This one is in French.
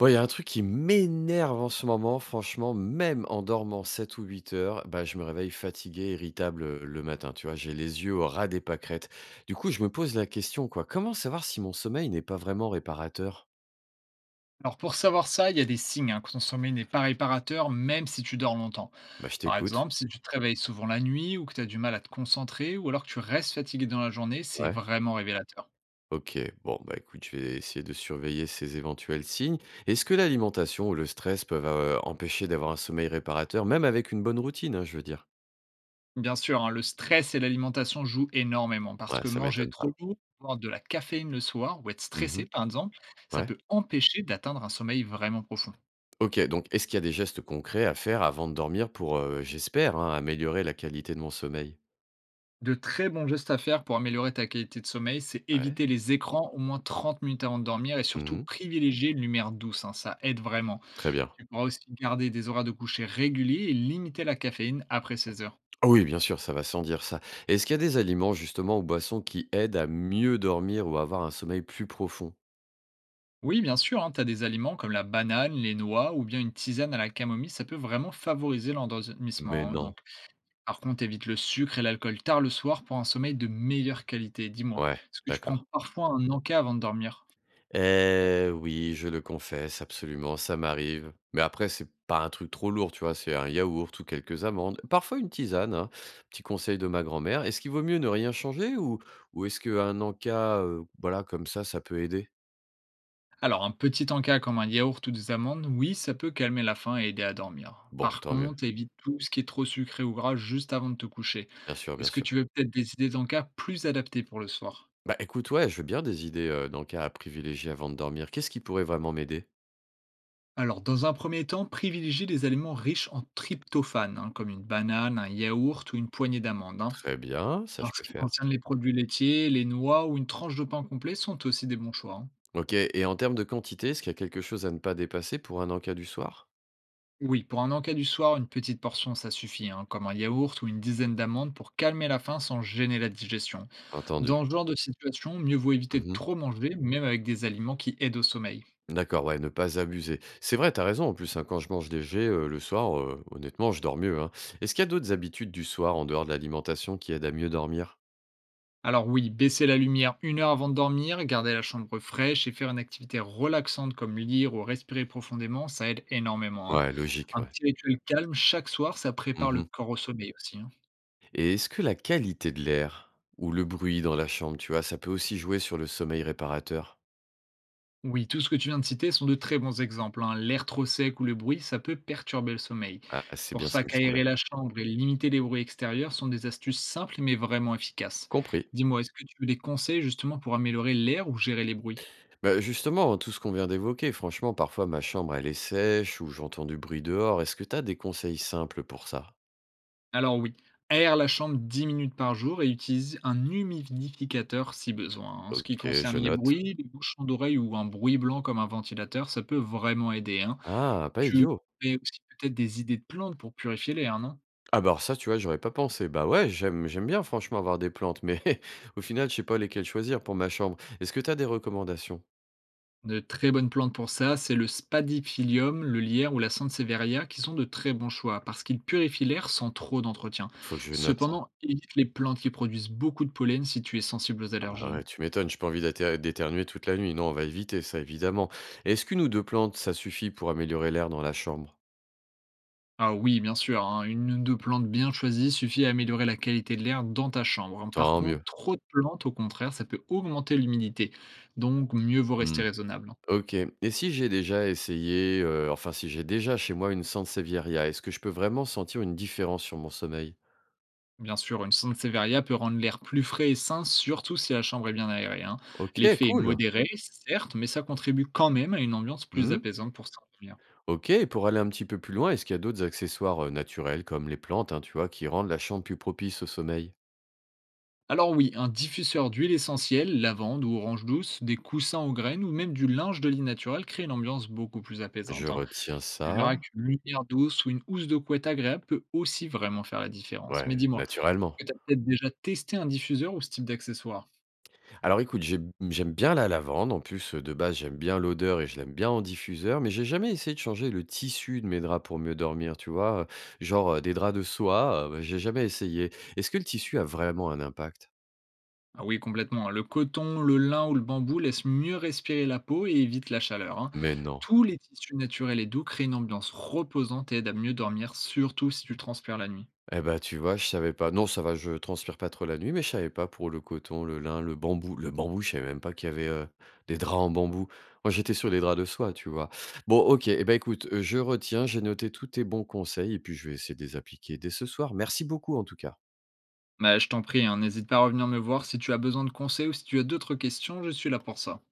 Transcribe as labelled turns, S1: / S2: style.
S1: Bon, il y a un truc qui m'énerve en ce moment, franchement, même en dormant 7 ou 8 heures, bah, je me réveille fatigué, irritable le matin, tu vois, j'ai les yeux au ras des pâquerettes. Du coup, je me pose la question, quoi, comment savoir si mon sommeil n'est pas vraiment réparateur?
S2: Alors pour savoir ça, il y a des signes, hein, que ton sommeil n'est pas réparateur même si tu dors longtemps.
S1: Bah, je
S2: Par
S1: t'écoute.
S2: exemple, si tu te réveilles souvent la nuit ou que tu as du mal à te concentrer ou alors que tu restes fatigué dans la journée, c'est
S1: Ouais.
S2: vraiment révélateur.
S1: Ok, bon, bah écoute, je vais essayer de surveiller ces éventuels signes. Est-ce que l'alimentation ou le stress peuvent empêcher d'avoir un sommeil réparateur, même avec une bonne routine, hein, je veux dire?
S2: Bien sûr, hein, le stress et l'alimentation jouent énormément parce que
S1: Ouais, ça
S2: manger
S1: m'étonne
S2: trop
S1: pas.
S2: lourd, boire de la caféine le soir ou être stressé
S1: Mhm.
S2: par exemple, ça
S1: Ouais.
S2: peut empêcher d'atteindre un sommeil vraiment profond.
S1: OK, donc est-ce qu'il y a des gestes concrets à faire avant de dormir pour, j'espère, hein, améliorer la qualité de mon sommeil?
S2: De très bons gestes à faire pour améliorer ta qualité de sommeil, c'est
S1: Ouais.
S2: éviter les écrans au moins 30 minutes avant de dormir et surtout
S1: Mmh.
S2: privilégier une lumière douce, hein, ça aide vraiment.
S1: Très bien.
S2: Tu pourras aussi garder des horaires de coucher réguliers et limiter la caféine après 16 heures.
S1: Ah oui, bien sûr, ça va sans dire ça. Est-ce qu'il y a des aliments justement ou boissons qui aident à mieux dormir ou à avoir un sommeil plus profond?
S2: Oui, bien sûr, tu as des aliments comme la banane, les noix ou bien une tisane à la camomille, ça peut vraiment favoriser
S1: Mais
S2: l'endormissement, hein.
S1: non.
S2: Donc, par contre, évite le sucre et l'alcool tard le soir pour un sommeil de meilleure qualité. Dis-moi,
S1: Ouais,
S2: est-ce que tu prends
S1: d'accord.
S2: parfois un encas avant de dormir?
S1: Eh oui, je le confesse, absolument, ça m'arrive. Mais après, c'est pas un truc trop lourd, tu vois, c'est un yaourt ou quelques amandes, parfois une tisane, hein. Petit conseil de ma grand-mère. Est-ce qu'il vaut mieux ne rien changer ou est-ce qu'un encas, voilà, comme ça peut aider?
S2: Alors, un petit encas comme un yaourt ou des amandes, oui, ça peut calmer la faim et aider à dormir.
S1: Bon,
S2: Par
S1: tant mieux.
S2: contre, évite tout ce qui est trop sucré ou gras juste avant de te coucher.
S1: Bien sûr,
S2: Est-ce
S1: bien
S2: que tu
S1: sûr.
S2: veux peut-être des idées d'encas plus adaptées pour le soir?
S1: Bah écoute, ouais, je veux bien des idées d'encas à privilégier avant de dormir. Qu'est-ce qui pourrait vraiment m'aider?
S2: Alors, dans un premier temps, privilégiez les aliments riches en tryptophane, hein, comme une banane, un yaourt ou une poignée d'amandes, hein.
S1: Très bien, ça
S2: En
S1: je
S2: ce
S1: peux
S2: qui
S1: faire.
S2: concerne les produits laitiers, les noix ou une tranche de pain complet sont aussi des bons choix, hein.
S1: Ok, et en termes de quantité, est-ce qu'il y a quelque chose à ne pas dépasser pour un encas du soir?
S2: Oui, pour un encas du soir, une petite portion, ça suffit, hein, comme un yaourt ou une dizaine d'amandes pour calmer la faim sans gêner la digestion.
S1: Entendu.
S2: Dans ce genre de situation, mieux vaut éviter de trop manger, même avec des aliments qui aident au sommeil.
S1: D'accord, ouais, ne pas abuser. C'est vrai, t'as raison en plus, hein, quand je mange léger le soir, honnêtement, je dors mieux, hein. Est-ce qu'il y a d'autres habitudes du soir en dehors de l'alimentation qui aident à mieux dormir?
S2: Alors oui, baisser la lumière une heure avant de dormir, garder la chambre fraîche et faire une activité relaxante comme lire ou respirer profondément, ça aide énormément, hein.
S1: Ouais, logique,
S2: Un
S1: ouais.
S2: petit rituel calme chaque soir, ça prépare le
S1: Mhm.
S2: corps au sommeil aussi, hein.
S1: Et est-ce que la qualité de l'air ou le bruit dans la chambre, tu vois, ça peut aussi jouer sur le sommeil réparateur?
S2: Oui, tout ce que tu viens de citer sont de très bons exemples, hein. L'air trop sec ou le bruit, ça peut perturber le sommeil.
S1: Ah, c'est
S2: Pour
S1: bien ce
S2: ça
S1: qui me semblait.
S2: qu'aérer la chambre et limiter les bruits extérieurs sont des astuces simples mais vraiment efficaces.
S1: Compris.
S2: Dis-moi, est-ce que tu veux des conseils justement pour améliorer l'air ou gérer les bruits?
S1: Bah, justement, hein, tout ce qu'on vient d'évoquer, franchement, parfois ma chambre, elle est sèche ou j'entends du bruit dehors. Est-ce que t'as des conseils simples pour ça?
S2: Alors oui, aère la chambre 10 minutes par jour et utilise un humidificateur si besoin. En ce qui
S1: Ok,
S2: concerne
S1: je
S2: les
S1: note.
S2: bruits, les bouchons d'oreilles ou un bruit blanc comme un ventilateur, ça peut vraiment aider, hein.
S1: Ah, pas
S2: Tu
S1: idiot.
S2: mets aussi peut-être des idées de plantes pour purifier l'air, non?
S1: Ah bah, alors ça, tu vois, j'aurais pas pensé. Bah ouais, j'aime bien franchement avoir des plantes, mais au final, je sais pas lesquelles choisir pour ma chambre. Est-ce que tu as des recommandations?
S2: De très bonnes plantes pour ça, c'est le spadiphylium, le lierre ou la sansevieria qui sont de très bons choix parce qu'ils purifient l'air sans trop d'entretien.
S1: Faut que je note ça.
S2: Cependant, évite les plantes qui produisent beaucoup de pollen si tu es sensible aux
S1: Ah bah
S2: allergies, hein.
S1: ouais, tu m'étonnes, j'ai pas envie d'éternuer toute la nuit. Non, on va éviter ça, évidemment. Est-ce qu'une ou deux plantes, ça suffit pour améliorer l'air dans la chambre?
S2: Ah oui, bien sûr, hein, une ou deux plantes bien choisies suffit à améliorer la qualité de l'air dans ta chambre, hein. Par
S1: Tant
S2: contre,
S1: mieux.
S2: trop de plantes, au contraire, ça peut augmenter l'humidité. Donc, mieux vaut rester
S1: Hmm.
S2: raisonnable, hein.
S1: Ok. Et si j'ai déjà essayé, enfin si j'ai déjà chez moi une sansevieria, est-ce que je peux vraiment sentir une différence sur mon sommeil?
S2: Bien sûr, une Sansevieria peut rendre l'air plus frais et sain, surtout si la chambre est bien aérée, hein.
S1: Ok,
S2: L'effet est
S1: cool.
S2: modéré, certes, mais ça contribue quand même à une ambiance plus
S1: Hmm?
S2: apaisante pour s'endormir.
S1: OK, et pour aller un petit peu plus loin, est-ce qu'il y a d'autres accessoires, naturels comme les plantes, hein, tu vois, qui rendent la chambre plus propice au sommeil?
S2: Alors oui, un diffuseur d'huile essentielle, lavande ou orange douce, des coussins aux graines ou même du linge de lit naturel crée une ambiance beaucoup plus
S1: Je
S2: apaisante, hein.
S1: retiens
S2: Tu verras
S1: ça.
S2: qu'une lumière douce ou une housse de couette agréable peut aussi vraiment faire la différence. Mais
S1: Ouais,
S2: dis-moi, est-ce que
S1: naturellement.
S2: tu as peut-être déjà testé un diffuseur ou ce type d'accessoire?
S1: Alors écoute, j'aime bien la lavande. En plus, de base, j'aime bien l'odeur et je l'aime bien en diffuseur, mais j'ai jamais essayé de changer le tissu de mes draps pour mieux dormir, tu vois? Genre, des draps de soie, bah, j'ai jamais essayé. Est-ce que le tissu a vraiment un impact?
S2: Ah oui, complètement, hein. Le coton, le lin ou le bambou laissent mieux respirer la peau et évitent la chaleur, hein.
S1: Mais non.
S2: Tous les tissus naturels et doux créent une ambiance reposante et aident à mieux dormir, surtout si tu transpires la nuit.
S1: Eh ben tu vois, je savais pas. Non, ça va, je transpire pas trop la nuit, mais je savais pas pour le coton, le lin, le bambou. Le bambou, je savais même pas qu'il y avait, des draps en bambou. Moi, j'étais sur les draps de soie, tu vois? Bon, OK, eh ben écoute, je retiens, j'ai noté tous tes bons conseils et puis je vais essayer de les appliquer dès ce soir. Merci beaucoup, en tout cas.
S2: Bah, je t'en prie, hein, n'hésite pas à revenir me voir si tu as besoin de conseils ou si tu as d'autres questions, je suis là pour ça.